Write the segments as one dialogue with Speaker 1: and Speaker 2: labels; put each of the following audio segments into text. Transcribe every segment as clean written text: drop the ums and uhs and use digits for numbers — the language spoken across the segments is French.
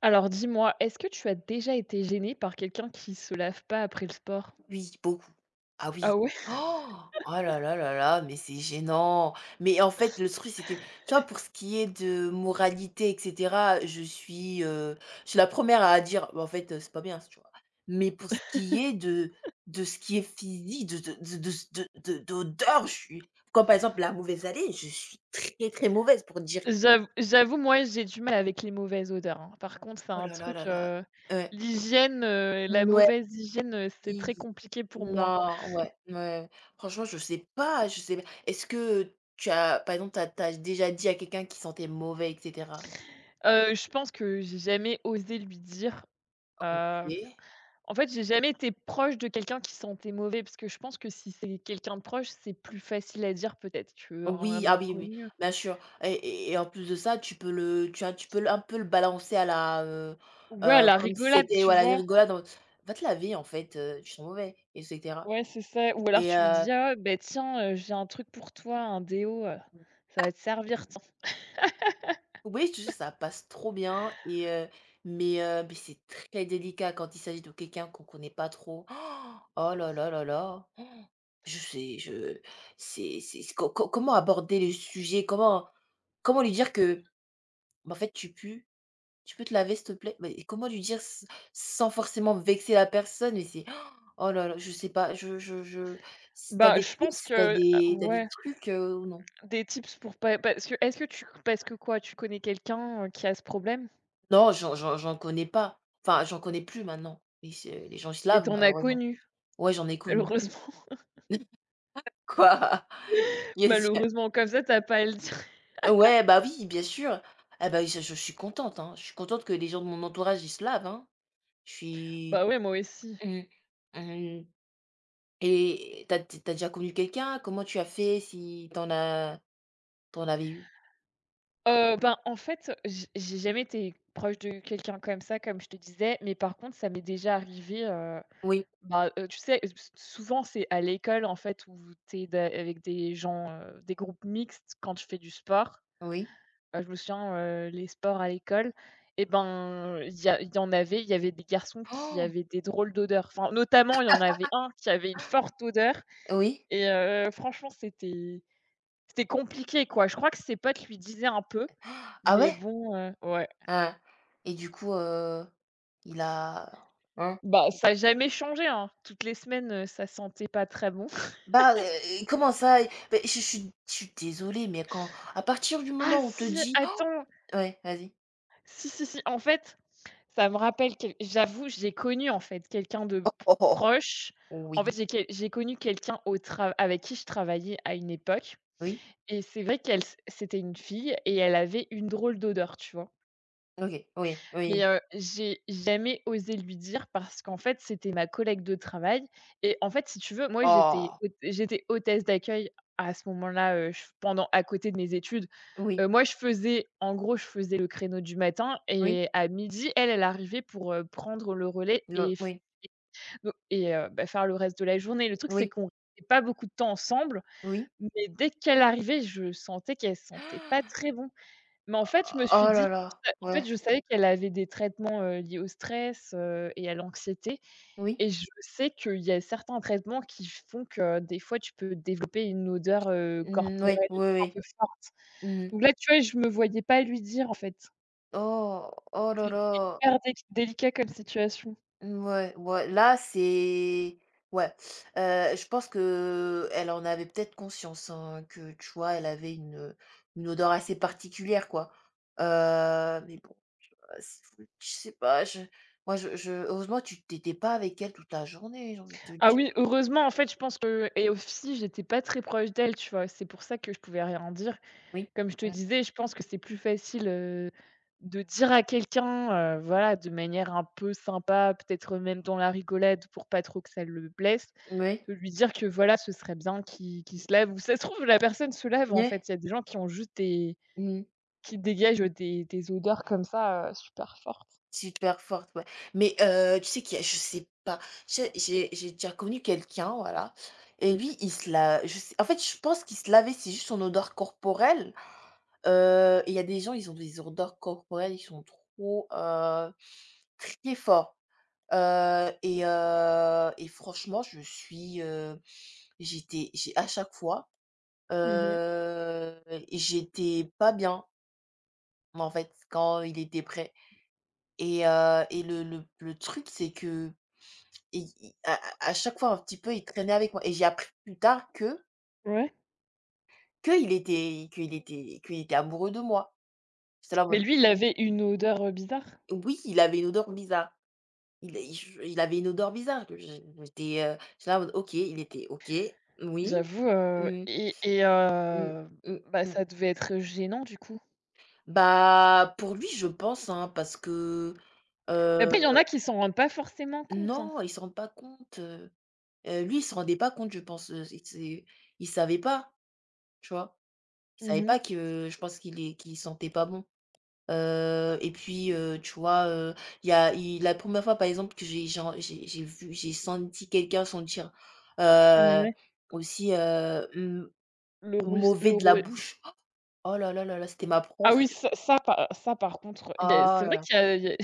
Speaker 1: Alors dis-moi, est-ce que tu as déjà été gênée par quelqu'un qui se lave pas après le sport?
Speaker 2: Oui, beaucoup. Ah oui.
Speaker 1: Ah ouais?
Speaker 2: Oh! Oh là là là là, mais c'est gênant. Mais en fait, le truc, c'est que, tu vois, pour ce qui est de moralité et cetera, je suis la première à dire: «Bah, en fait, c'est pas bien tu vois? Mais pour ce qui est de ce qui est physique, de d'odeur, je suis comme, par exemple, la mauvaise allée je suis très, très mauvaise pour dire:
Speaker 1: J'avoue, moi, j'ai du mal avec les mauvaises odeurs, hein. Par contre, c'est
Speaker 2: «Oh
Speaker 1: un
Speaker 2: là là
Speaker 1: truc,
Speaker 2: là là». Ouais.
Speaker 1: l'hygiène, la
Speaker 2: Ouais,
Speaker 1: mauvaise hygiène, c'est
Speaker 2: oui.
Speaker 1: très compliqué pour moi.
Speaker 2: Non, ouais, ouais. Franchement, je sais pas, je sais pas. Est-ce que tu as, par exemple, t'as déjà dit à quelqu'un qui sentait mauvais, et cetera?
Speaker 1: Je pense que j'ai jamais osé lui dire, heu,
Speaker 2: OK.
Speaker 1: en fait, j'ai jamais été proche de quelqu'un qui sentait mauvais parce que je pense que si c'est quelqu'un de proche, c'est plus facile à dire peut-être qu'un
Speaker 2: Oui,
Speaker 1: un
Speaker 2: ah oui, oui,
Speaker 1: inconnu.
Speaker 2: bien sûr. Et en plus de ça, tu peux le- un peu le balancer à la,
Speaker 1: Ouais, à la
Speaker 2: comme si
Speaker 1: rigolade,
Speaker 2: c'était,
Speaker 1: tu
Speaker 2: voilà, des
Speaker 1: vois?
Speaker 2: rigolades. En va te laver, en fait, tu sens mauvais, et cetera.
Speaker 1: Ouais, c'est ça. Ou alors
Speaker 2: Et
Speaker 1: tu lui dis: «Ah, beh, tiens, j'ai un truc pour toi, un déo, ça va te servir, tiens».
Speaker 2: oui, je te jure, ça passe trop bien. Et mais c'est très délicat quand il s'agit de quelqu'un qu'on connaît pas trop. Oh là là là là. Je sais, je c'est co co Comment aborder le sujet? Comment lui dire que: «Bah, en fait, tu pues, tu peux te laver, s'il te plaît?» Mais comment lui dire s sans forcément vexer la personne? Mais c'est oh là là, je sais pas, je si tu as
Speaker 1: Bah,
Speaker 2: des
Speaker 1: je pense
Speaker 2: tips,
Speaker 1: que ah
Speaker 2: tu as des
Speaker 1: ouais,
Speaker 2: trucs, ou non?
Speaker 1: des tips pour pas parce que est-ce que tu parce que quoi? Tu connais quelqu'un, qui a ce problème?
Speaker 2: Non, j'en connais pas. Enfin, j'en connais plus maintenant. Ils se Les gens ils se
Speaker 1: Mais
Speaker 2: lavent, Mmh,
Speaker 1: t'en as
Speaker 2: heureusement.
Speaker 1: connu,
Speaker 2: Ouais, j'en ai connu.
Speaker 1: malheureusement.
Speaker 2: Quoi? Yes, il
Speaker 1: Malheureusement, comme ça, t'as pas à le dire.
Speaker 2: ouais, bah, oui, bien sûr. Ah bah, oui, je suis contente, hein, je suis contente que les gens de mon entourage, ils se lavent, hein. Je suis
Speaker 1: Bah, ouais, moi aussi.
Speaker 2: Mmh. Hem et t'as déjà connu quelqu'un? Comment tu as fait si t'en avais eu?
Speaker 1: Ben, en fait, j'ai jamais été proche de quelqu'un comme ça, comme je te disais, mais par contre, ça m'est déjà arrivé.
Speaker 2: Oui,
Speaker 1: Bah, tu sais, s souvent, c'est à l'école, en fait, où tu es da avec des gens, des groupes mixtes quand je fais du sport.
Speaker 2: oui,
Speaker 1: Je me souviens, les sports à l'école et ben, il y en avait, il y avait des garçons qui
Speaker 2: Oh!
Speaker 1: avaient des drôles d'odeurs. Enfin, notamment, il y en avait un qui avait une forte odeur
Speaker 2: oui.
Speaker 1: et franchement, c'était compliqué, quoi. Je crois que ses potes lui disaient un peu,
Speaker 2: Ah
Speaker 1: mais
Speaker 2: ouais?
Speaker 1: bon, ouais.
Speaker 2: Hein. Et du coup, il a hein?
Speaker 1: Bah, ça a jamais changé, hein. Toutes les semaines, ça sentait pas très bon.
Speaker 2: Bah, comment ça? Beh, je suis je suis désolée, mais quand à partir du
Speaker 1: Ah
Speaker 2: moment où on te
Speaker 1: si!
Speaker 2: dit Oh!
Speaker 1: Attends!
Speaker 2: Ouais, vas-y.
Speaker 1: Si, si, si, en fait, ça me rappelle quel j'avoue, j'ai connu, en fait, quelqu'un de p
Speaker 2: Oh, oh, oh, oh.
Speaker 1: proche.
Speaker 2: Oui,
Speaker 1: En fait, j'ai quel j'ai connu quelqu'un au tra avec qui je travaillais à une époque
Speaker 2: oui,
Speaker 1: et c'est vrai qu'elle c c'était une fille et elle avait une drôle d'odeur, tu vois?
Speaker 2: OK, oui,
Speaker 1: Mais,
Speaker 2: oui.
Speaker 1: j'ai jamais osé lui dire parce qu'en fait, c'était ma collègue de travail et en fait, si tu veux, moi, j'étais
Speaker 2: Oh!
Speaker 1: hôte j'étais hôtesse d'accueil à ce moment-là, je pendant à côté de mes études.
Speaker 2: Oui,
Speaker 1: Moi, je faisais en gros, je faisais le créneau du matin
Speaker 2: oui,
Speaker 1: et à midi, elle, elle arrivait pour, prendre le relais
Speaker 2: le
Speaker 1: et f
Speaker 2: oui,
Speaker 1: do et bah, faire le reste de la journée. Le truc, c'est
Speaker 2: oui,
Speaker 1: qu'on n'avait pas beaucoup de temps ensemble,
Speaker 2: oui.
Speaker 1: mais dès qu'elle arrivait, je sentais qu'elle sentait pas très bon. Mais en fait, je me suis
Speaker 2: Oh là
Speaker 1: dit
Speaker 2: là,
Speaker 1: en fait,
Speaker 2: ouais,
Speaker 1: je savais qu'elle avait des traitements, liés au stress, et à l'anxiété
Speaker 2: oui,
Speaker 1: et je sais qu'il y a certains traitements qui font que, des fois, tu peux développer une odeur,
Speaker 2: mmh, oui,
Speaker 1: corporelle
Speaker 2: oui,
Speaker 1: un
Speaker 2: oui.
Speaker 1: peu forte.
Speaker 2: Mmh.
Speaker 1: Donc là, tu vois, je me voyais pas lui dire, en fait.
Speaker 2: Oh, oh là
Speaker 1: C'était
Speaker 2: là.
Speaker 1: hyper dé délicat comme situation.
Speaker 2: Mmh, ouais ouais, là, c'est ouais, je pense que elle en avait peut-être conscience, hein, que, tu vois, elle avait une odeur assez particulière, quoi, mais bon, tu c'est je sais pas, je moi, je heureusement, tu t'étais pas avec elle toute la journée, j'ai envie de te
Speaker 1: Ah
Speaker 2: dire.
Speaker 1: oui, heureusement, en fait, je pense que et aussi, j'étais pas très proche d'elle, tu vois? C'est pour ça que je pouvais rien dire.
Speaker 2: Oui,
Speaker 1: Comme je te
Speaker 2: mmh,
Speaker 1: disais, je pense que c'est plus facile, de dire à quelqu'un, voilà, de manière un peu sympa, peut-être même dans la rigolade pour pas trop que ça le blesse,
Speaker 2: oui,
Speaker 1: de lui dire que voilà, ce serait bien qu'il se lave ou ça se trouve, la personne se lave, en
Speaker 2: oui,
Speaker 1: fait. Il y a des gens qui ont juste des
Speaker 2: mmh.
Speaker 1: qui dégagent des odeurs comme ça, super fortes.
Speaker 2: Super forte, ouais. Mais, tu sais qu'il y a je sais pas, tu j'ai déjà connu quelqu'un, voilà et lui, il se la je sais en fait, je pense qu'il se lavait, c'est juste son odeur corporelle, et il y a des gens, ils ont des odeurs corporelles, ils sont trop, très forts, et franchement, je suis, j'étais j'ai à chaque fois,
Speaker 1: Mmh.
Speaker 2: heu, j'étais pas bien, en fait, quand il était prêt. Et le truc, c'est que i i à chaque fois, un petit peu, il traînait avec moi et j'ai appris plus tard que
Speaker 1: Ouais.
Speaker 2: qu'il était amoureux de moi. J'étais là en
Speaker 1: Mais
Speaker 2: mode
Speaker 1: lui, il avait une odeur, bizarre,
Speaker 2: oui, il avait une odeur bizarre. Il est je il avait une odeur bizarre que je j'étais, j'étais là en mode: «OK, il était OK, oui,
Speaker 1: j'avoue,
Speaker 2: mmh, mmh, mmh,
Speaker 1: bah,
Speaker 2: mmh».
Speaker 1: ça devait être gênant, du coup.
Speaker 2: Bah, pour lui, je pense, hein, parce que,
Speaker 1: Mais après, il
Speaker 2: heu,
Speaker 1: y en a qui s'en rendent pas forcément compte, hein.
Speaker 2: non, il ne se rend pas compte, lui, il se rendait pas compte, je pense, c'est il ne savait pas. Tu vois? Il savait
Speaker 1: Mmh.
Speaker 2: pas que je pense qu'il est qu'il sentait pas bon. Et puis, tu vois, il y a il la première fois, par exemple, que j'ai vu j'ai senti quelqu'un sentir, heu,
Speaker 1: Mouais,
Speaker 2: aussi, m
Speaker 1: le rouis le
Speaker 2: mauvais de la
Speaker 1: roué
Speaker 2: bouche. Oh là là là là, c'était ma
Speaker 1: ah oui,
Speaker 2: prof.
Speaker 1: ça ça par contre, il y a
Speaker 2: Oh
Speaker 1: c'est
Speaker 2: là
Speaker 1: vrai
Speaker 2: là.
Speaker 1: qu'il y a il y a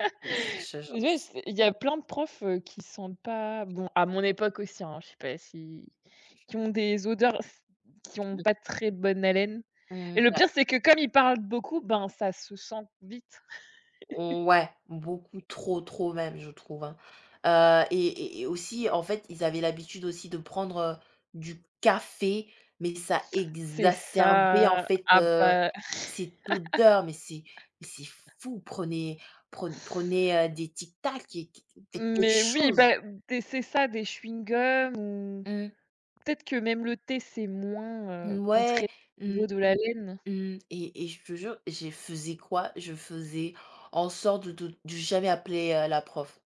Speaker 2: Je
Speaker 1: ouais, c'est il y a plein de profs, qui sentent pas bon, à mon époque aussi, hein, je sais pas si qui ont des odeurs s qui ont pas très bonne haleine et
Speaker 2: mmh,
Speaker 1: le
Speaker 2: ouais.
Speaker 1: pire, c'est que comme ils parlent beaucoup, ben, ça se sent vite.
Speaker 2: Ouais, beaucoup trop, trop même, je trouve, hein. Aussi, en fait, ils avaient l'habitude aussi de prendre, du café, mais ça
Speaker 1: C'est
Speaker 2: exacerbait, en
Speaker 1: ça
Speaker 2: fait,
Speaker 1: ah bah
Speaker 2: cette odeur, mais c'est fou. Prenez, des Tic Tac et qu faites quelque
Speaker 1: mais oui,
Speaker 2: chose.
Speaker 1: bah, des c'est ça, des chewing-gums ou
Speaker 2: Mmh,
Speaker 1: peut-être que même le thé, c'est moins,
Speaker 2: ouais,
Speaker 1: contraignant au
Speaker 2: mmh,
Speaker 1: niveau de l'haleine.
Speaker 2: mmh et je te jure, je faisais quoi? Je faisais en sorte de jamais appeler, la prof.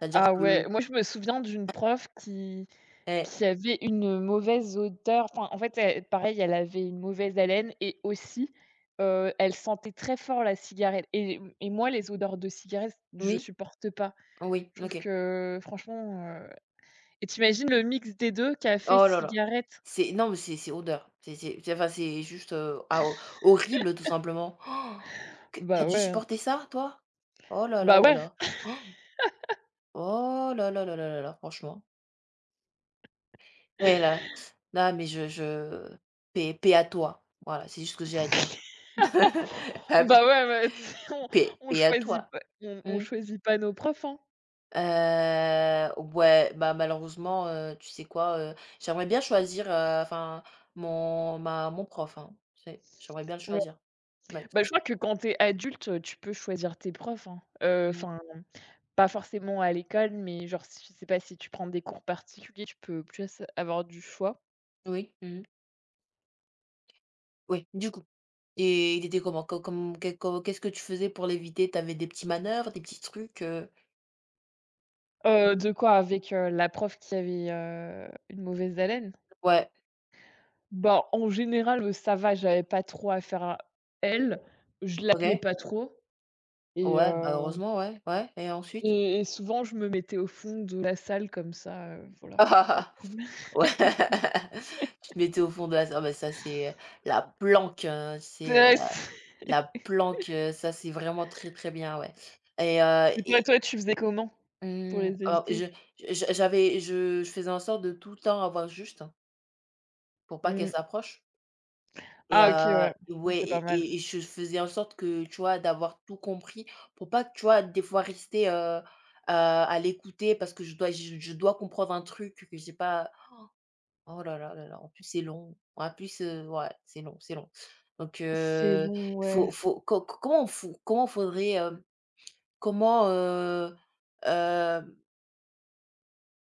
Speaker 2: C'est-à-dire
Speaker 1: Ah ouais,
Speaker 2: que
Speaker 1: moi je me souviens d'une prof qui
Speaker 2: eh
Speaker 1: qui avait une mauvaise odeur. Enfin, en fait, elle pareil, elle avait une mauvaise haleine et aussi, elle sentait très fort la cigarette et moi les odeurs de cigarette, je
Speaker 2: oui?
Speaker 1: supporte pas.
Speaker 2: Oui,
Speaker 1: Je trouve
Speaker 2: OK.
Speaker 1: que franchement, et t'imagines le mix des 2 café,
Speaker 2: Oh là là.
Speaker 1: cigarette?
Speaker 2: C'est non, mais c'est odeur. C'est enfin, c'est juste, ah, ho horrible tout simplement. Oh, que tu
Speaker 1: Bah
Speaker 2: dû
Speaker 1: ouais,
Speaker 2: supporter ça toi? Oh là là
Speaker 1: bah
Speaker 2: là
Speaker 1: ouais,
Speaker 2: là. Oh là là là là là là, franchement. Et là là, mais je paix paix à toi. Voilà, c'est juste ce que j'ai à dire. Bah oui,
Speaker 1: bah ouais, ouais, tu sais, on
Speaker 2: paix
Speaker 1: on
Speaker 2: paix à
Speaker 1: choisit
Speaker 2: toi.
Speaker 1: pas on
Speaker 2: Mmh.
Speaker 1: choisit pas nos profs, hein.
Speaker 2: Ouais, bah, malheureusement, tu sais quoi? J'aimerais bien choisir, enfin mon prof, hein, tu sais? J'aimerais bien le
Speaker 1: Ouais.
Speaker 2: choisir. Ouais.
Speaker 1: Bah, je crois que quand t'es adulte, tu peux choisir tes profs, hein,
Speaker 2: Mmh.
Speaker 1: enfin. Pas forcément à l'école, mais genre, si je sais pas si tu prends des cours particuliers, tu peux plus avoir du choix.
Speaker 2: Oui, mmh. Oui, du coup et il était comment? Co comme qu'est co qu'est-ce que tu faisais pour l'éviter? T'avais des petits manœuvres, des petits trucs,
Speaker 1: De quoi? Avec, la prof qui avait, une mauvaise haleine?
Speaker 2: Ouais,
Speaker 1: Bah, en général, ça va, j'avais pas trop affaire à elle, je l'appelais
Speaker 2: OK.
Speaker 1: pas trop et
Speaker 2: Ouais, bah,
Speaker 1: heu
Speaker 2: heureusement, ouais, ouais et ensuite?
Speaker 1: et souvent je me mettais au fond de la salle comme ça, voilà, pas de problème.
Speaker 2: Ouais. Tu te mettais au fond de la ah, bah, ça, c'est, la planque, c'est,
Speaker 1: Ouais,
Speaker 2: la planque, ça c'est vraiment très, très bien, ouais
Speaker 1: et toi
Speaker 2: et
Speaker 1: toi, tu faisais comment pour
Speaker 2: mmh,
Speaker 1: les
Speaker 2: alors
Speaker 1: éviter?
Speaker 2: je j'avais je faisais en sorte de tout le temps avoir juste hein, pour pas qu'elle
Speaker 1: Mmh.
Speaker 2: s'approche et
Speaker 1: Ah OK, ouais, ça
Speaker 2: ouais
Speaker 1: c'est pas mal.
Speaker 2: et je faisais en sorte que, tu vois, d'avoir tout compris pour pas que, tu vois, des fois rester, à l'écouter parce que je dois comprendre un truc que j'ai pas oh là là là là, en plus c'est long, en plus, ouais, c'est long donc
Speaker 1: C'est long, ouais.
Speaker 2: comment faut comment faudrait, hem comment, hem,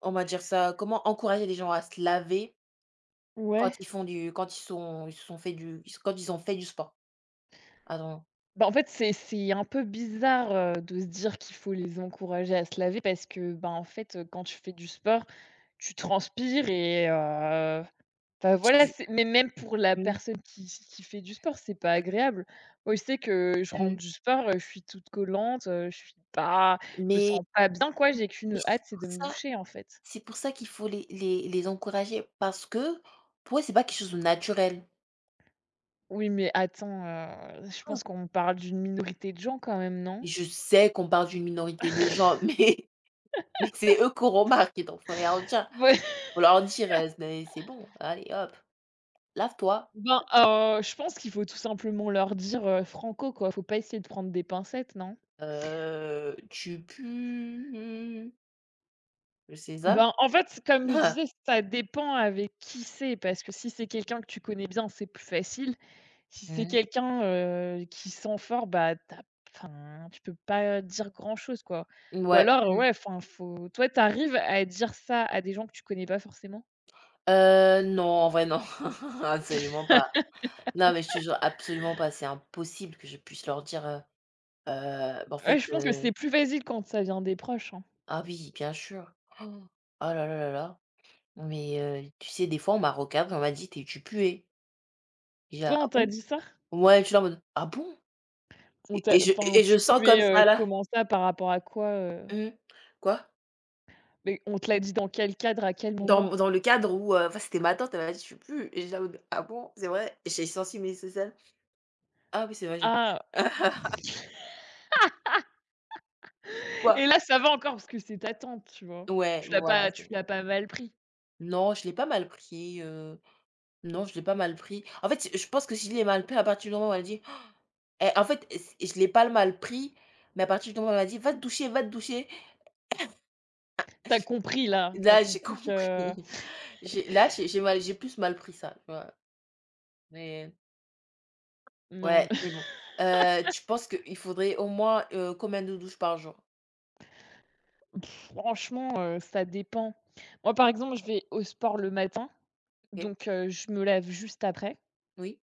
Speaker 2: on va dire ça, comment encourager les gens à se laver
Speaker 1: Ouais.
Speaker 2: quand ils sont ils se sont fait du ils quand ils ont fait du sport? Pardon.
Speaker 1: Bah, en fait, c'est un peu bizarre, de se dire qu'il faut les encourager à se laver parce que, ben, en fait, quand tu fais du sport, tu transpires et enfin, voilà,
Speaker 2: Tu
Speaker 1: c'est mais même pour la
Speaker 2: mmh,
Speaker 1: personne qui fait du sport, c'est pas agréable. Moi, je sais que je rentre
Speaker 2: mmh,
Speaker 1: du sport, je suis toute collante, je suis pas je me
Speaker 2: mais
Speaker 1: sens pas bien, quoi. J'ai
Speaker 2: mais
Speaker 1: qu'une hâte,
Speaker 2: c'est
Speaker 1: c'est
Speaker 2: pour
Speaker 1: de me
Speaker 2: ça
Speaker 1: doucher, en fait.
Speaker 2: c'est pour ça qu'il faut les encourager parce que pour eux, c'est pas quelque chose de naturel.
Speaker 1: Oui, mais attends, je pense qu'on parle d'une minorité de gens quand même, non?
Speaker 2: Et je sais qu'on parle d'une minorité de gens, mais c'est eux qu'on remarque donc faut leur dire c'est bon, allez hop, lave-toi,
Speaker 1: Ben, je pense qu'il faut tout simplement leur dire, franco, quoi. Faut pas essayer de prendre des pincettes, non?
Speaker 2: tu pues». Mmh, c'est ça?
Speaker 1: Ben, en fait, comme je disais, ça dépend avec qui c'est, parce que si c'est quelqu'un que tu connais bien, c'est plus facile. Si c'est
Speaker 2: Mmh.
Speaker 1: quelqu'un, qui sent fort, bah, t'as, as enfin, tu peux pas dire grand-chose, quoi. Ou
Speaker 2: Mouais.
Speaker 1: alors,
Speaker 2: Mmh.
Speaker 1: ouais, enfin, faut toi, t'arrives à dire ça à des gens que tu connais pas forcément?
Speaker 2: Non, en vrai non, absolument pas. Non, mais je te jure, absolument pas, c'est impossible que je puisse leur dire, bah, en
Speaker 1: Ouais,
Speaker 2: fait,
Speaker 1: je pense que c'est plus facile quand ça vient des proches, hein.
Speaker 2: ah oui, bien sûr. Oh oh là là là là. Mais, tu sais, des fois, on m'a recadré, on m'a dit: «Tu es tu puais». Et j'ai «Ah
Speaker 1: Toi, on t'a
Speaker 2: bon?»
Speaker 1: dit ça?
Speaker 2: Ouais, je suis là en mode: «Ah bon?»
Speaker 1: On t'a
Speaker 2: Je
Speaker 1: enfin,
Speaker 2: et je
Speaker 1: tu
Speaker 2: sens comme
Speaker 1: pouvais,
Speaker 2: ça là
Speaker 1: comment par rapport à quoi, heu?
Speaker 2: mmh. Quoi?
Speaker 1: Mais on te l'a dit dans quel cadre, à quel moment?
Speaker 2: Dans le cadre où, enfin, c'était ma tante, elle m'a dit: «Tu pues» et j'ai là en mode: «Ah bon? C'est vrai?» Et j'ai senti mes aisselles. «Ah oui, c'est vrai, je
Speaker 1: Ah!
Speaker 2: pue». Quoi?
Speaker 1: Et là, ça va encore parce que c'est ta tante, tu vois?
Speaker 2: Ouais, bon voilà,
Speaker 1: Tu
Speaker 2: c'est
Speaker 1: l'as pas mal pris.
Speaker 2: non, je l'ai pas mal pris, non, je l'ai pas mal pris. En fait, je pense que si je l'ai mal pris à partir du moment où elle a dit eh, en fait, c je l'ai pas mal pris, mais à partir du moment où elle a dit: «Va te doucher, va te doucher».
Speaker 1: Tu as compris là, tu as
Speaker 2: Là, j'ai
Speaker 1: compris
Speaker 2: compris.
Speaker 1: que
Speaker 2: J'ai là, j'ai plus mal pris ça, tu vois? Mais
Speaker 1: non,
Speaker 2: ouais, mais bon. Tu penses qu'il faudrait au moins, combien de douches par jour?
Speaker 1: franchement, ça dépend. Moi, par exemple, je vais au sport le matin,
Speaker 2: OK,
Speaker 1: donc je me lève juste après
Speaker 2: oui,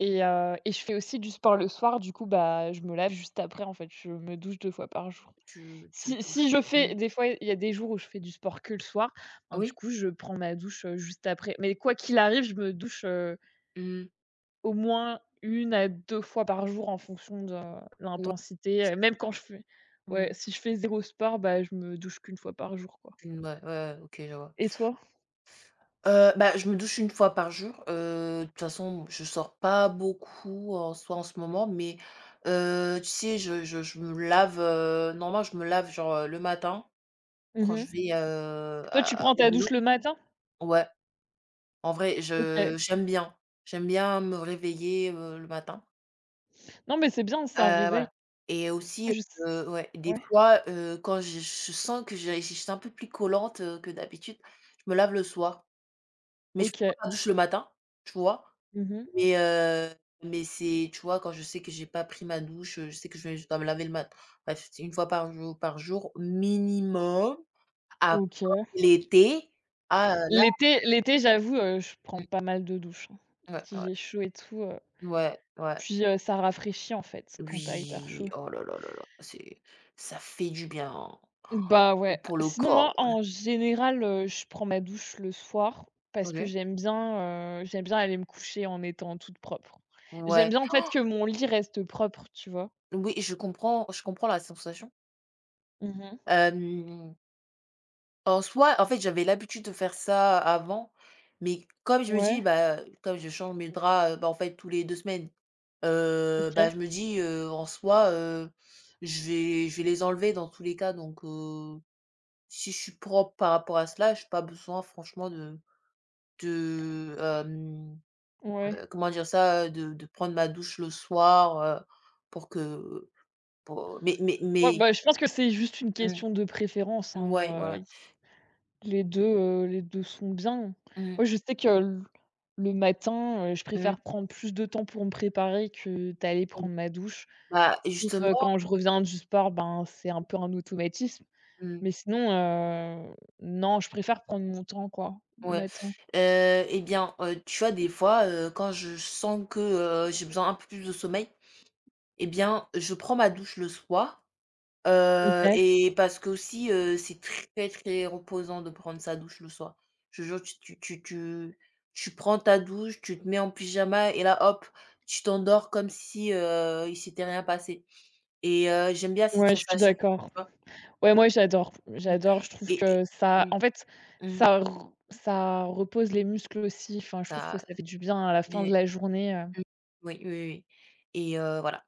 Speaker 1: et je fais aussi du sport le soir, du coup, bah, je me lave juste après, en fait. Je me douche 2 fois par jour.
Speaker 2: tu
Speaker 1: Si
Speaker 2: douches,
Speaker 1: je
Speaker 2: mmh,
Speaker 1: fais des fois, il y a des jours où je fais du sport que le soir,
Speaker 2: Ah
Speaker 1: ben, du
Speaker 2: oui,
Speaker 1: coup, je prends ma douche, juste après. Mais quoi qu'il arrive, je me douche,
Speaker 2: mmh,
Speaker 1: au moins une à 2 fois par jour en fonction de
Speaker 2: ouais,
Speaker 1: l'intensité,
Speaker 2: tu
Speaker 1: même quand je fais ouais,
Speaker 2: mmh,
Speaker 1: si je fais zéro sport, bah, je me douche qu'une fois par jour, quoi.
Speaker 2: ouais, ouais, ouais, OK, je vois.
Speaker 1: Et toi?
Speaker 2: Bah, je me douche une fois par jour, de toute façon, je sors pas beaucoup en soi en ce moment, mais tu sais, je me lave, normalement, je me lave genre, le matin quand
Speaker 1: Mmh.
Speaker 2: je vais,
Speaker 1: Toi, tu
Speaker 2: à
Speaker 1: prends
Speaker 2: au
Speaker 1: ta douche
Speaker 2: boulot.
Speaker 1: le matin?
Speaker 2: Ouais, en vrai,
Speaker 1: OK.
Speaker 2: je j'aime bien. J'aime bien me réveiller, le matin.
Speaker 1: Non, mais c'est bien, ça
Speaker 2: Heu,
Speaker 1: réveille.
Speaker 2: voilà et aussi,
Speaker 1: Moi, je
Speaker 2: ouais, des
Speaker 1: ouais,
Speaker 2: fois, quand je sens que j'ai je suis un peu plus collante, que d'habitude, je me lave le soir, mais je prends
Speaker 1: OK.
Speaker 2: pas ma douche le matin, tu vois?
Speaker 1: Mmh.
Speaker 2: Mais heu, mais c'est tu vois, quand je sais que j'ai pas pris ma douche, je sais que je dois me laver le mat bref, c'est 1 fois par jour minimum. Après
Speaker 1: OK.
Speaker 2: l'été, ah, là
Speaker 1: L'été l'été, j'avoue, je prends
Speaker 2: Mmh.
Speaker 1: pas mal de douches, hein.
Speaker 2: Ouais,
Speaker 1: Si
Speaker 2: ouais.
Speaker 1: j'ai chaud et tout,
Speaker 2: Ouais, ouais.
Speaker 1: Puis, ça rafraîchit en fait quand t'as hyper
Speaker 2: Oui,
Speaker 1: chaud.
Speaker 2: oh là là là là, c'est ça fait du bien, hein,
Speaker 1: Bah, ouais.
Speaker 2: pour le
Speaker 1: Sinon moi,
Speaker 2: corps.
Speaker 1: en général, je prends ma douche le soir parce que
Speaker 2: OK.
Speaker 1: j'aime bien aller me coucher en étant toute propre. J'aime
Speaker 2: Ouais,
Speaker 1: bien en fait que mon lit reste propre, tu vois?
Speaker 2: oui, je comprends la sensation.
Speaker 1: Mhm.
Speaker 2: En soi, en fait, j'avais l'habitude de faire ça avant, mais comme je me
Speaker 1: Ouais,
Speaker 2: dis, bah, comme je change mes draps, bah, en fait, tous les 2 semaines,
Speaker 1: OK.
Speaker 2: bah, je me dis, en soi, je vais les enlever dans tous les cas, donc si je suis propre par rapport à cela, j'ai pas besoin franchement de de, hem,
Speaker 1: Ouais.
Speaker 2: heu, comment dire ça? De prendre ma douche le soir, pour que pour
Speaker 1: Ouais,
Speaker 2: mais
Speaker 1: bah, je pense que c'est juste une
Speaker 2: mmh,
Speaker 1: question de préférence,
Speaker 2: ouais,
Speaker 1: hein,
Speaker 2: voilà.
Speaker 1: les 2 sont bien.
Speaker 2: Mmh,
Speaker 1: Moi, je sais que l le matin, je
Speaker 2: mmh.
Speaker 1: préfère prendre plus de temps pour me préparer que d'aller prendre ma douche.
Speaker 2: Bah,
Speaker 1: Sauf,
Speaker 2: justement,
Speaker 1: quand je reviens du sport, ben, c'est un peu un automatisme.
Speaker 2: mmh.
Speaker 1: Mais sinon, non, je préfère prendre mon temps, quoi, le
Speaker 2: Ouais,
Speaker 1: matin.
Speaker 2: et bien, tu vois, des fois, quand je sens que, j'ai besoin un peu plus de sommeil et bien, je prends ma douche le soir,
Speaker 1: OK.
Speaker 2: et parce qu'aussi, c'est très, très reposant de prendre sa douche le soir. Je te jure, tu prends ta douche, tu te mets en pyjama et là, hop, tu t'endors comme si, il s'était rien passé et j'aime bien cette
Speaker 1: Ouais, je suis
Speaker 2: sensation,
Speaker 1: d'accord.
Speaker 2: tu vois?
Speaker 1: Ouais, moi, j'adore.
Speaker 2: Mmh
Speaker 1: J'adore, je trouve
Speaker 2: et
Speaker 1: que ça
Speaker 2: mmh,
Speaker 1: en fait,
Speaker 2: mmh,
Speaker 1: ça repose les muscles aussi. Enfin, je trouve que
Speaker 2: ça
Speaker 1: ça fait du bien à la fin de
Speaker 2: et
Speaker 1: la journée,
Speaker 2: mmh, oui, oui, oui oui. Et voilà.